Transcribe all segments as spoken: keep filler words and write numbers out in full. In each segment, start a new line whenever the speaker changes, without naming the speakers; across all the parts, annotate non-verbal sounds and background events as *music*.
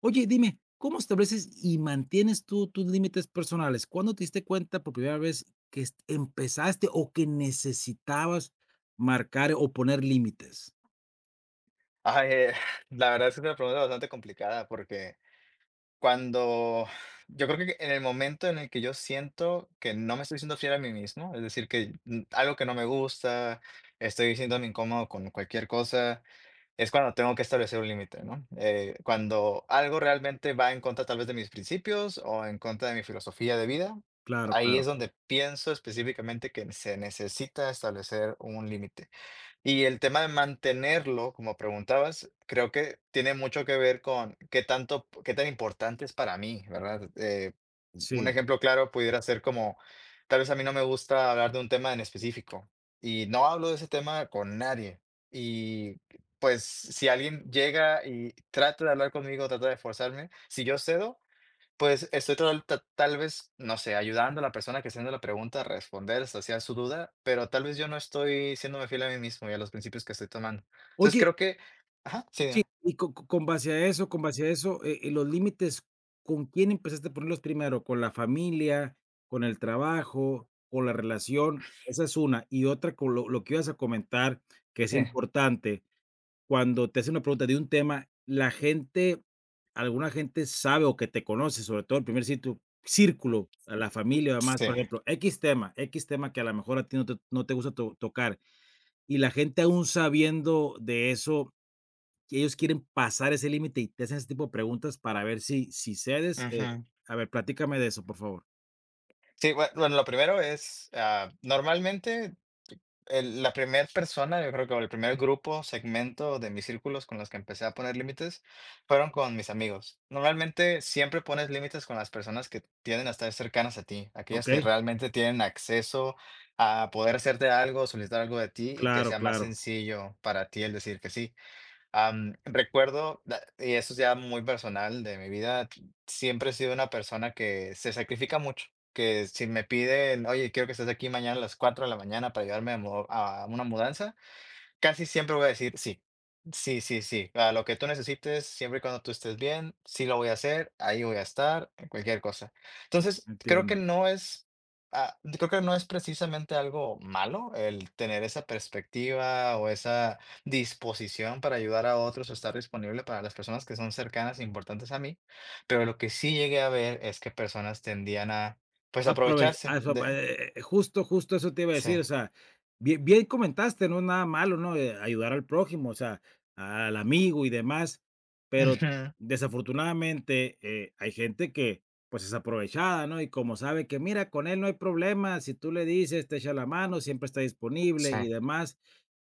Oye, dime, ¿cómo estableces y mantienes tú tus límites personales? ¿Cuándo te diste cuenta por primera vez que est- empezaste o que necesitabas marcar o poner límites?
Ay, eh, *laughs* la verdad es que es una pregunta bastante complicada porque cuando yo creo que en el momento en el que yo siento que no me estoy siendo fiel a mí mismo, es decir, que mm, algo que no me gusta, estoy sintiéndome incómodo con cualquier cosa, es cuando tengo que establecer un límite, ¿no? Eh, cuando algo realmente va en contra tal vez de mis principios o en contra de mi filosofía de vida,
Claro,
ahí es
claro,
donde pienso específicamente que se necesita establecer un límite. Y el tema de mantenerlo, como preguntabas, creo que tiene mucho que ver con qué tanto, qué tan importante es para mí, ¿verdad? Eh, un
sí.
ejemplo claro pudiera ser como, tal vez a mí no me gusta hablar de un tema en específico y no hablo de ese tema con nadie. Y pues si alguien llega y trata de hablar conmigo, trata de forzarme, si yo cedo, pues, estoy tal ta tal vez, no sé, ayudando a la persona que está haciendo la pregunta a responder, saciar su duda, pero tal vez yo no estoy siéndome fiel a mí mismo y a los principios que estoy tomando. Entonces,
Oye,
creo que ajá, sí,
sí,
dime.
y co- co- con base a eso, con base a eso, eh, eh, los límites, ¿con quién empezaste a ponerlos primero? ¿Con la familia, con el trabajo, con la relación? Esa es una. Y otra, con lo, lo que ibas a comentar, que es
Sí,
importante cuando te hacen una pregunta de un tema, la gente, alguna gente sabe o que te conoce, sobre todo el primer sitio, círculo, a la familia o demás,
sí,
por ejemplo, X tema, X tema que a lo mejor a ti no te, no te gusta to- tocar y la gente aún sabiendo de eso, que ellos quieren pasar ese límite y te hacen ese tipo de preguntas para ver si, si cedes. Eh,
ujú.
a ver, platícame de eso, por favor.
Sí, bue bueno, lo primero es, ah, normalmente El la primera persona, yo creo que o el primer grupo, segmento de mis círculos con los que empecé a poner límites, fueron con mis amigos. Normalmente, siempre pones límites con las personas que tienden a estar cercanas a ti,
Ok,
aquellas que realmente tienen acceso a poder hacerte algo, solicitar algo de ti y que
claro,
sea más
claro,
sencillo para ti el decir que sí. Am, recuerdo, da- y eso es ya muy personal de mi vida, siempre he sido una persona que se sacrifica mucho, que si me piden, oye, quiero que estés aquí mañana a las cuatro de la mañana para ayudarme a, mo- a una mudanza. Casi siempre voy a decir sí. Sí, sí, sí. A lo que tú necesites, siempre y cuando tú estés bien, sí lo voy a hacer, ahí voy a estar, en cualquier cosa. Entonces, creo que
entiendo.
no es, ah, creo que no es precisamente algo malo el tener esa perspectiva o esa disposición para ayudar a otros o estar disponible para las personas que son cercanas e importantes a mí. Pero lo que sí llegué a ver es que personas tendían a, pues,
Aprove a
aprovecharse
eso
de,
eh eh, justo, justo eso te iba a
sí.
decir, o sea, bien bien comentaste, no es nada malo, ¿no?, eh, ayudar al prójimo, o sea, al amigo y demás, pero
Ujú.
desafortunadamente, eh, hay gente que, pues, es aprovechada, ¿no?, y como sabe que: "Mira, con él no hay problema, si tú le dices, te echa la mano, siempre está disponible
Sí.
y demás",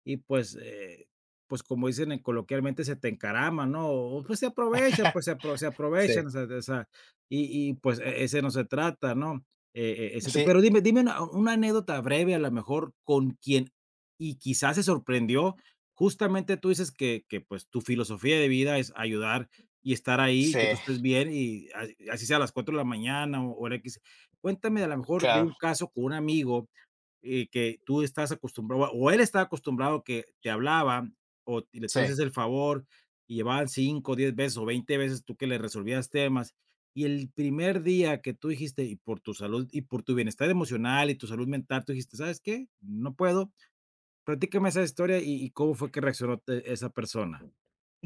y pues, eh, pues, como dicen en coloquialmente, se te encarama, ¿no?, o, pues, se aprovechan,
*laughs*
pues, se apro se aprovechan,
Sí.
o sea o sea, y y, pues, e ese no se trata, ¿no? Eh, e ese te
Sí.
pero dime dime una una anécdota breve, a lo mejor, con quien y quizás se sorprendió. Justamente tú dices que que, pues, tu filosofía de vida es ayudar y estar ahí, y
Sí.
que tú estés bien y as así sea a las cuatro de la mañana o o la equis. Cuéntame, a lo mejor, de
Claro,
un caso con un amigo y que tú estás acostumbrado, o él estaba acostumbrado que te hablaba, o y le tú le haces
sí.
el favor, y llevaban cinco, diez veces o veinte veces tú que le resolvías temas. Y el primer día que tú dijiste, y por tu salud y por tu bienestar emocional y tu salud mental, tú dijiste: "¿Sabes qué? No puedo". Platícame esa historia y y cómo fue que reaccionó te esa persona.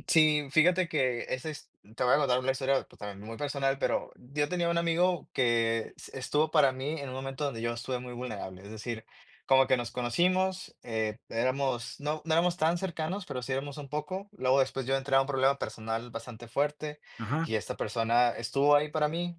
Sí, fíjate que esa es te voy a contar una historia, pues, también muy personal, pero yo tenía un amigo que s estuvo para mí en un momento donde yo estuve muy vulnerable, es decir, como que nos conocimos, eh, éramos no no éramos tan cercanos, pero sí éramos un poco. Luego después yo entré a un problema personal bastante fuerte,
Ajá.
y esta persona estuvo ahí para mí.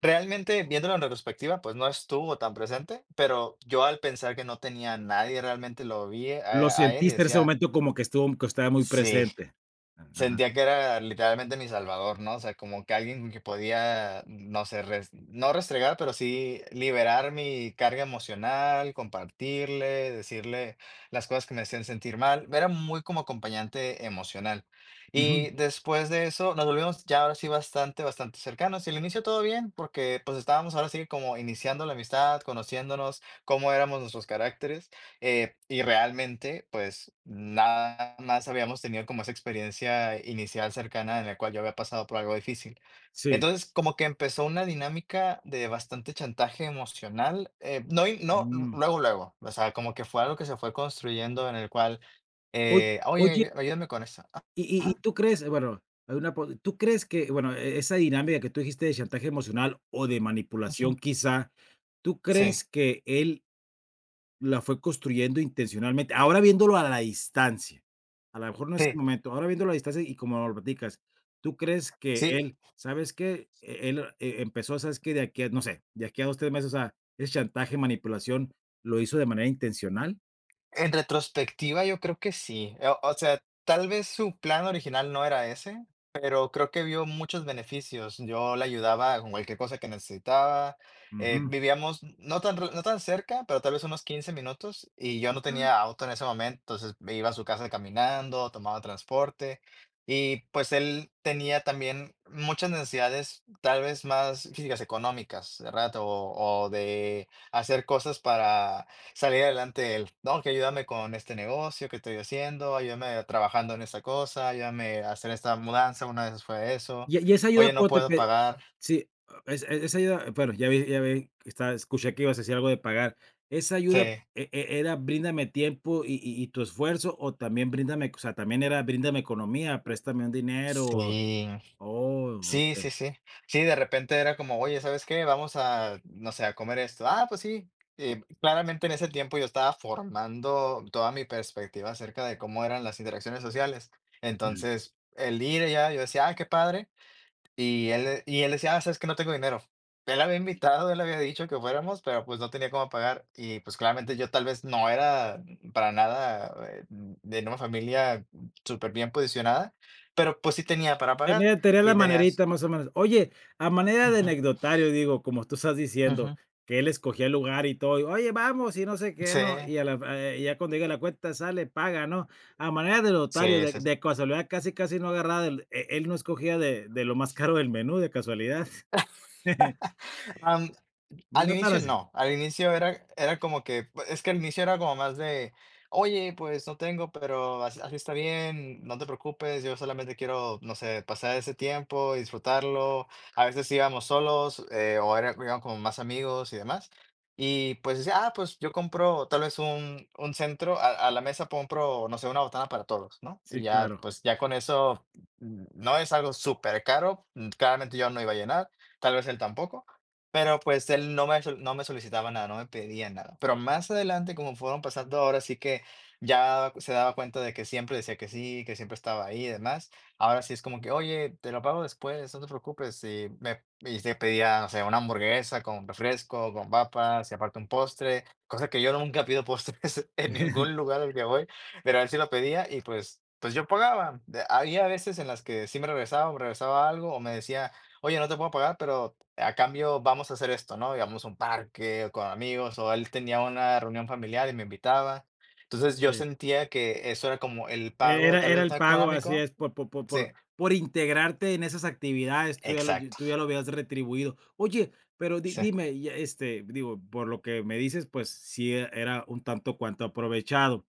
Realmente, viéndolo en retrospectiva, pues, no estuvo tan presente, pero yo al pensar que no tenía a nadie realmente lo vi
Lo
a a él y
sentiste en ese
decía:
momento como que estuvo que estaba muy
"Sí,
presente. Ajá.
sentía que era literalmente mi salvador, ¿no? O sea, como que alguien con que podía, no sé, res no restregar, pero sí liberar mi carga emocional, compartirle, decirle las cosas que me hacían sentir mal. Era muy como acompañante emocional.
Ujú.
Y después de eso, nos volvimos ya ahora sí bastante, bastante cercanos. Y al inicio todo bien, porque pues estábamos ahora sí como iniciando la amistad, conociéndonos, cómo éramos nuestros caracteres. Eh, y realmente, pues, nada más habíamos tenido como esa experiencia inicial cercana en la cual yo había pasado por algo difícil.
Sí.
Entonces, como que empezó una dinámica de bastante chantaje emocional, eh, no, y- no,
Mm.
luego, luego, o sea, como que fue algo que se fue construyendo en el cual,
Oy
eh,
oye
oye, ayú- ayúdame con esto. Ah,
Y y y
ajá,
tú crees, eh, bueno, hay una po ¿tú crees que, bueno, e esa dinámica que tú dijiste de chantaje emocional o de
ujú.
manipulación quizá, tú crees
Sí,
que él la fue construyendo intencionalmente? Ahora viéndolo a la distancia, a lo mejor no en ese
sí,
momento, ahora viéndolo a la distancia y como lo platicas, ¿tú crees que
sí.
él, sabes que él, eh, empezó, ¿sabes que de aquí a, no sé, de aquí a dos tres meses, o sea, ese chantaje, manipulación, ¿lo hizo de manera intencional?
En retrospectiva, yo creo que sí. Eh, o sea, tal vez su plan original no era ese, pero creo que vio muchos beneficios. Yo le ayudaba con cualquier cosa que necesitaba. Eh,
Ujú.
vivíamos no tan, re- no tan cerca, pero tal vez unos quince minutos y yo no tenía auto en ese momento, entonces me iba a su casa caminando, tomaba transporte y pues él tenía también muchas necesidades tal vez más físicas, económicas, ¿verdad? O, o de hacer cosas para salir adelante él, no, que ayúdame con este negocio que estoy haciendo, ayúdame trabajando en esta cosa, ayúdame a hacer esta mudanza. Una vez fue eso,
Y y esa ayuda
oye, no
cuando
puedo
te
pagar.
Sí, ah, es e esa ayuda, bueno, ya vi ya vi está estaba escuché que ibas a decir algo de pagar. Esa
Sí,
ayuda, ¿e e era bríndame tiempo y y y tu esfuerzo, o también bríndame, o sea, también era bríndame economía, préstame un dinero?
sí,
Oh,
sí,
okey.
sí, sí. Sí, de repente era como, oye, ¿sabes qué? Vamos a, no sé, a comer esto. Ah, pues sí. Eh, claramente en ese tiempo yo estaba formando toda mi perspectiva acerca de cómo eran las interacciones sociales.
Ujú.
Entonces, el ir allá, yo decía, ah, qué padre. Y él y él decía: "Ah, sabes que no tengo dinero". Él había invitado, él había dicho que fuéramos, pero, pues, no tenía cómo pagar. Y, pues, claramente yo tal vez no era para nada, eh, de una familia súper bien posicionada, pero, pues, sí tenía para pagar
Tenía tenía la
y
manerita,
tenías
más o menos. Oye, a manera de
ujú,
anecdotario, digo, como tú estás diciendo,
ujú.
que él escogía el lugar y todo, y: "Oye, vamos", y no sé qué,
Sí,
¿no? Y a la eh, ya cuando llega la cuenta, sale, paga, ¿no? A manera de notario,
sí,
de
sí, sí.
de casualidad, casi, casi no agarraba del e él no escogía de de lo más caro del menú, de casualidad. *laughs*
Al
No tan
inicio
así.
no, al inicio era era como que pues, es que al inicio era como más de: "Oye, pues no tengo, pero así así está bien, no te preocupes, yo solamente quiero, no sé, pasar ese tiempo, disfrutarlo". A veces íbamos solos, eh, o era íbamos como más amigos y demás. Y pues decía: "Ah, pues yo compro tal vez un un centro, a a la mesa compro, no sé, una botana para todos", ¿no? Y
Sí,
ya,
claro.
pues ya con eso, mm, no es algo supercaro, mm, claramente yo no iba a llenar, tal vez él tampoco. Pero, pues, él no me sol no me solicitaba nada, no me pedía nada. Pero más adelante, como fueron pasando ahora sí que ya se daba cuenta de que siempre decía que sí, que siempre estaba ahí y demás. Ahora sí es como que: "Oye, te lo pago después, no te preocupes", y me y te pedía, no sé, una hamburguesa con refresco, con papas y aparte un postre, cosa que yo nunca pido postres *laughs* en ningún
*laughs*
lugar al que voy, pero él sí lo pedía y, pues pues, yo pagaba. De había veces en las que sí me regresaba, me regresaba algo, o me decía: "Oye, no te puedo pagar, pero a cambio vamos a hacer esto, ¿no? Íbamos a un parque con amigos o él tenía una reunión familiar y me invitaba. Entonces yo
Sí.
sentía que eso era como el
Eh,
pago,
Era
tal
era
vez
el
no
pago, así
económico.
es, por por por
Sí,
por por integrarte en esas actividades, tú ya lo
exacto,
tú ya lo habías retribuido. Oye, pero di
sí,
dime, y, este, digo, por lo que me dices, pues sí e- era un tanto cuanto aprovechado,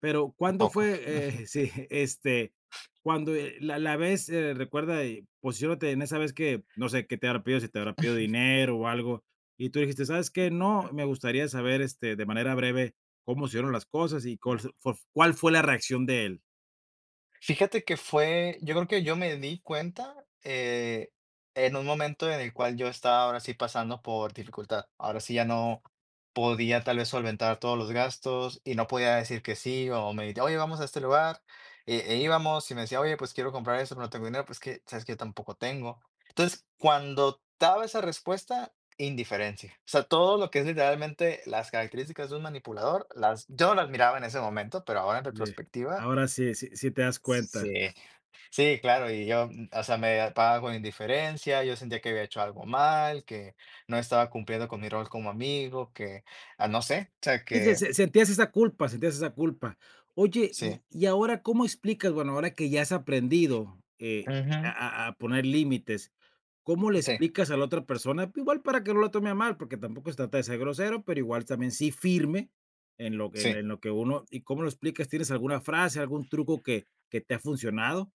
pero,
un
¿cuándo
poco.
fue, eh, *laughs* sí, este, cuando, eh, la la vez, eh, recuerda, eh, posiciónate en esa vez que, no sé, qué te habrá pedido, si te habrá pedido dinero o algo, y tú dijiste: "¿Sabes qué? No, me gustaría saber, este, de manera breve cómo se dieron las cosas y cuál fue cuál fue la reacción de él".
Fíjate que fue yo creo que yo me di cuenta, eh, en un momento en el cual yo estaba ahora sí pasando por dificultad. Ahora sí ya no podía tal vez solventar todos los gastos y no podía decir que sí, o me decía, oye, vamos a este lugar, eh, e íbamos y me decía: "Oye, pues quiero comprar eso, pero no tengo dinero", pues que, sabes que yo tampoco tengo. Entonces, cuando daba esa respuesta, indiferencia. O sea, todo lo que es literalmente las características de un manipulador, las yo no las miraba en ese momento, pero ahora en
Sí,
retrospectiva,
ahora sí, sí sí te das cuenta.
sí. Sí, claro, y yo, mm, o sea, me atacaba con indiferencia, yo sentía que había hecho algo mal, que no estaba cumpliendo con mi rol como amigo, que, ah, no sé, o sea,
Sí, se
que
se sentías esa culpa, sentías esa culpa. Oye,
sí,
y y ahora, ¿cómo explicas? Bueno, ahora que ya has aprendido, eh,
ujú,
a a a poner límites, ¿cómo le
sí,
explicas a la otra persona? Igual para que no lo tome a mal, porque tampoco se trata de ser grosero, pero igual también sí firme en lo que
sí.
en lo que uno ¿y cómo lo explicas? ¿Tienes alguna frase, algún truco que que te ha funcionado?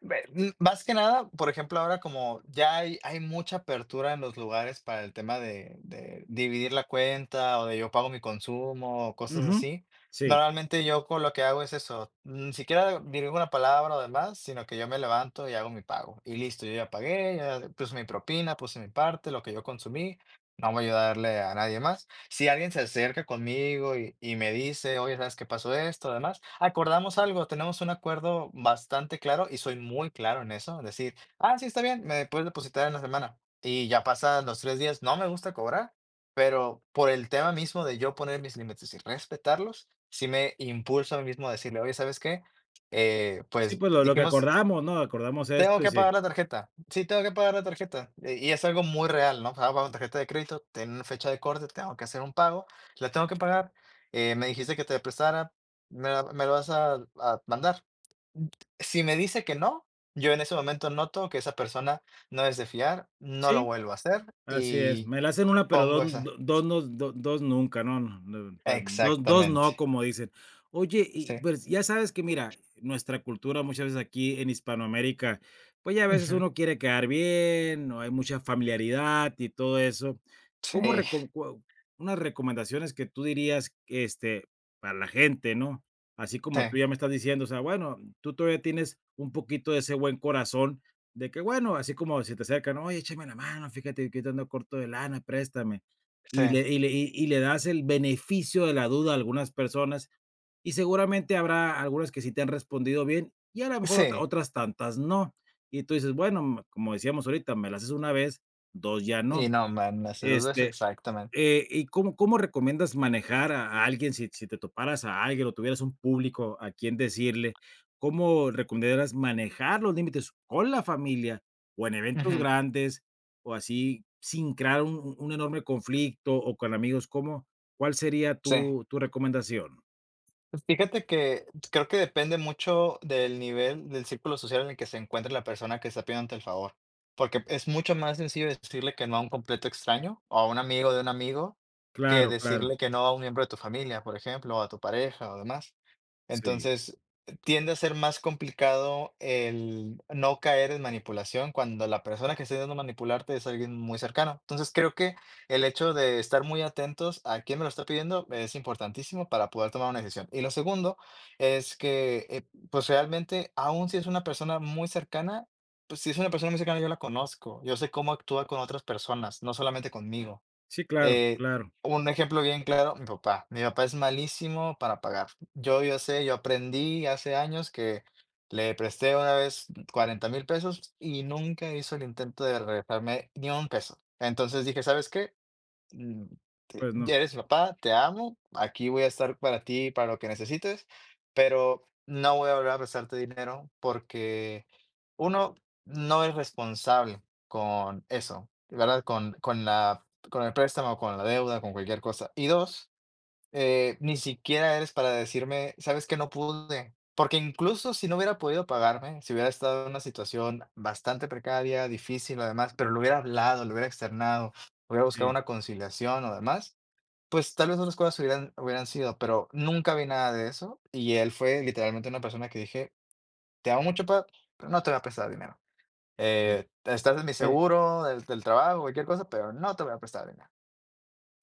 Ve mm, más que nada, por ejemplo, ahora como ya hay hay mucha apertura en los lugares para el tema de de dividir la cuenta, o de yo pago mi consumo, o cosas
Ujú.
así.
Sí,
Normalmente yo con lo que hago es eso, ni siquiera digo una palabra o demás, sino que yo me levanto y hago mi pago, y listo, yo ya pagué, ya puse mi propina, puse mi parte, lo que yo consumí, no voy a ayudarle a nadie más. Si alguien se acerca conmigo y y me dice: "Oye, ¿sabes qué pasó esto?", además, acordamos algo, tenemos un acuerdo bastante claro y soy muy claro en eso, decir: "Ah, sí, está bien, me puedes depositar en la semana". Y ya pasan los tres días, no me gusta cobrar, pero por el tema mismo de yo poner mis límites y respetarlos, sí me impulso a mí mismo a decirle: "Oye, ¿sabes qué?, eh,
sí,
pues,
pues lo lo que
dijimos
acordamos, ¿no? Acordamos
tengo
esto y
que
sí.
pagar la tarjeta. Sí, tengo que pagar la tarjeta. Eh, y es algo muy real, ¿no? Estaba pagando tarjeta de crédito, tiene una fecha de corte, tengo que hacer un pago, la tengo que pagar. Eh, me dijiste que te prestara, me, la- me lo vas a, a mandar. Si me dice que no, yo en ese momento noto que esa persona no es de fiar, no lo
Sí.
vuelvo a hacer
Así es,
y
me la hacen una, pero dos,
pongo esa.
do dos no, do dos nunca, no, no, no, pa dos dos no,
Exactamente.
como dicen. Oye, y
Sí,
pues, ya sabes que mira, nuestra cultura muchas veces aquí en Hispanoamérica, pues, ya a veces
ujú,
uno quiere quedar bien, no hay mucha familiaridad y todo eso. ¿Cómo
sí,
reco cua unas recomendaciones que tú dirías, este, para la gente, ¿no? Así como tú
sí,
ya me estás diciendo, o sea, bueno, tú todavía tienes un poquito de ese buen corazón de que, bueno, así como si te acercan, oye, échame la mano, fíjate que ahorita ando corto de lana, préstame. Y
sí,
le, y le, y y le das el beneficio de la duda a algunas personas y seguramente habrá algunas que sí te han respondido bien y a lo mejor otra-
sí.
otras tantas no. Y tú dices, bueno, m- como decíamos ahorita, me las haces una vez, dos ya
Y
no.
no, man, eso es
Este,
exactamente.
eh, ¿y cómo cómo recomiendas manejar a a alguien si si te toparas a alguien o tuvieras un público a quien decirle? ¿Cómo recomendarías manejar los límites con la familia o en eventos
Ujú,
grandes o así sin crear un un un enorme conflicto o con amigos? ¿Cómo cuál sería
sí.
tu tu recomendación?
Pues fíjate que creo que depende mucho del nivel del círculo social en el que se encuentre la persona que está pidiendo el favor, porque es mucho más sencillo decirle que no a un completo extraño o a un amigo de un amigo que
Claro, claro.
decirle que no a un miembro de tu familia, por ejemplo, o a tu pareja o demás.
Sí.
Entonces, tiende a ser más complicado el no caer en manipulación cuando la persona que está intentando manipularte es alguien muy cercano. Entonces, creo que el hecho de estar muy atentos a quién me lo está pidiendo es importantísimo para poder tomar una decisión. Y lo segundo es que, eh, pues realmente, aun si es una persona muy cercana, pues si es una persona muy cercana, yo la conozco, yo sé cómo actúa con otras personas, no solamente conmigo.
Sí, claro,
Eh,
claro.
un ejemplo bien claro, mi papá. Mi papá es malísimo para pagar. Yo, yo sé, yo aprendí hace años que le presté una vez cuarenta mil pesos y nunca hizo el intento de regresarme ni un peso. Entonces dije, ¿sabes qué? Mm, te-
Pues no.
ya eres mi papá, te amo, aquí voy a estar para ti, para lo que necesites, pero no voy a volver a prestarte dinero porque uno no es responsable con eso, ¿verdad? Con, con la, con el préstamo, con la deuda, con cualquier cosa. Y dos, eh, ni siquiera eres para decirme: "¿Sabes que no pude?". Porque incluso si no hubiera podido pagarme, si hubiera estado en una situación bastante precaria, difícil, además, pero lo hubiera hablado, lo hubiera externado, hubiera buscado
Sí,
una conciliación o demás, pues tal vez otras cosas hubieran hubieran sido, pero nunca vi nada de eso. Y él fue literalmente una persona que dije: "Te amo mucho, pa, pero no te voy a prestar dinero.
sí.
Eh, estás en mi
Eh.
seguro del del trabajo, cualquier cosa, pero no te voy a prestar dinero".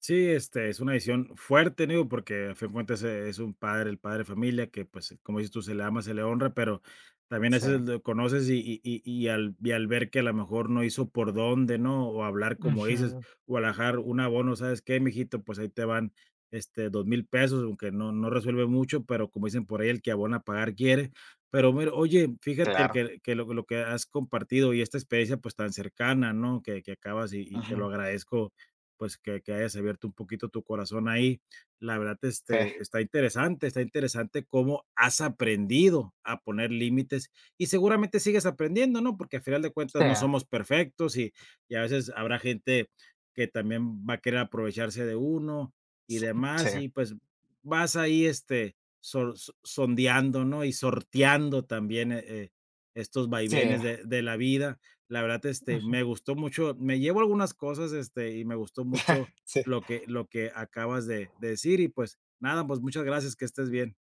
Sí, este, es una decisión fuerte, digo, porque a fin de cuentas e es un padre, el padre de familia que, pues, como dices tú, se le ama, se le honra, pero también a
Sí.
veces lo conoces y y y y al y al ver que a lo mejor no hizo por dónde, ¿no? O hablar, como dices,
Ujú.
o alajar un abono, ¿sabes qué, mijito? Pues ahí te van, este, dos mil pesos, aunque no no resuelve mucho, pero como dicen por ahí, el que abona pagar quiere. Pero mira, oye, fíjate
Claro.
que que lo lo que has compartido y esta experiencia, pues, tan cercana, ¿no? Que que acabas y y te lo
Ujú.
agradezco pues, que que hayas abierto un poquito tu corazón ahí. La verdad,
Sí.
este, está interesante, está interesante cómo has aprendido a poner límites y seguramente sigues aprendiendo, ¿no? Porque a final de cuentas
Sí.
no somos perfectos y y a veces habrá gente que también va a querer aprovecharse de uno y
Sí,
demás, y pues vas ahí, este, sor so sondeando, ¿no? Y sorteando también, eh eh, estos
sí,
vaivenes de de la vida. La verdad, este,
ujú,
me gustó mucho, me llevo algunas cosas, este, y me gustó mucho
*laughs* sí,
lo que lo que acabas de de decir y, pues, nada, pues, muchas gracias, que estés bien.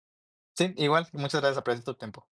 sí, igual, muchas gracias, aprecio tu tiempo.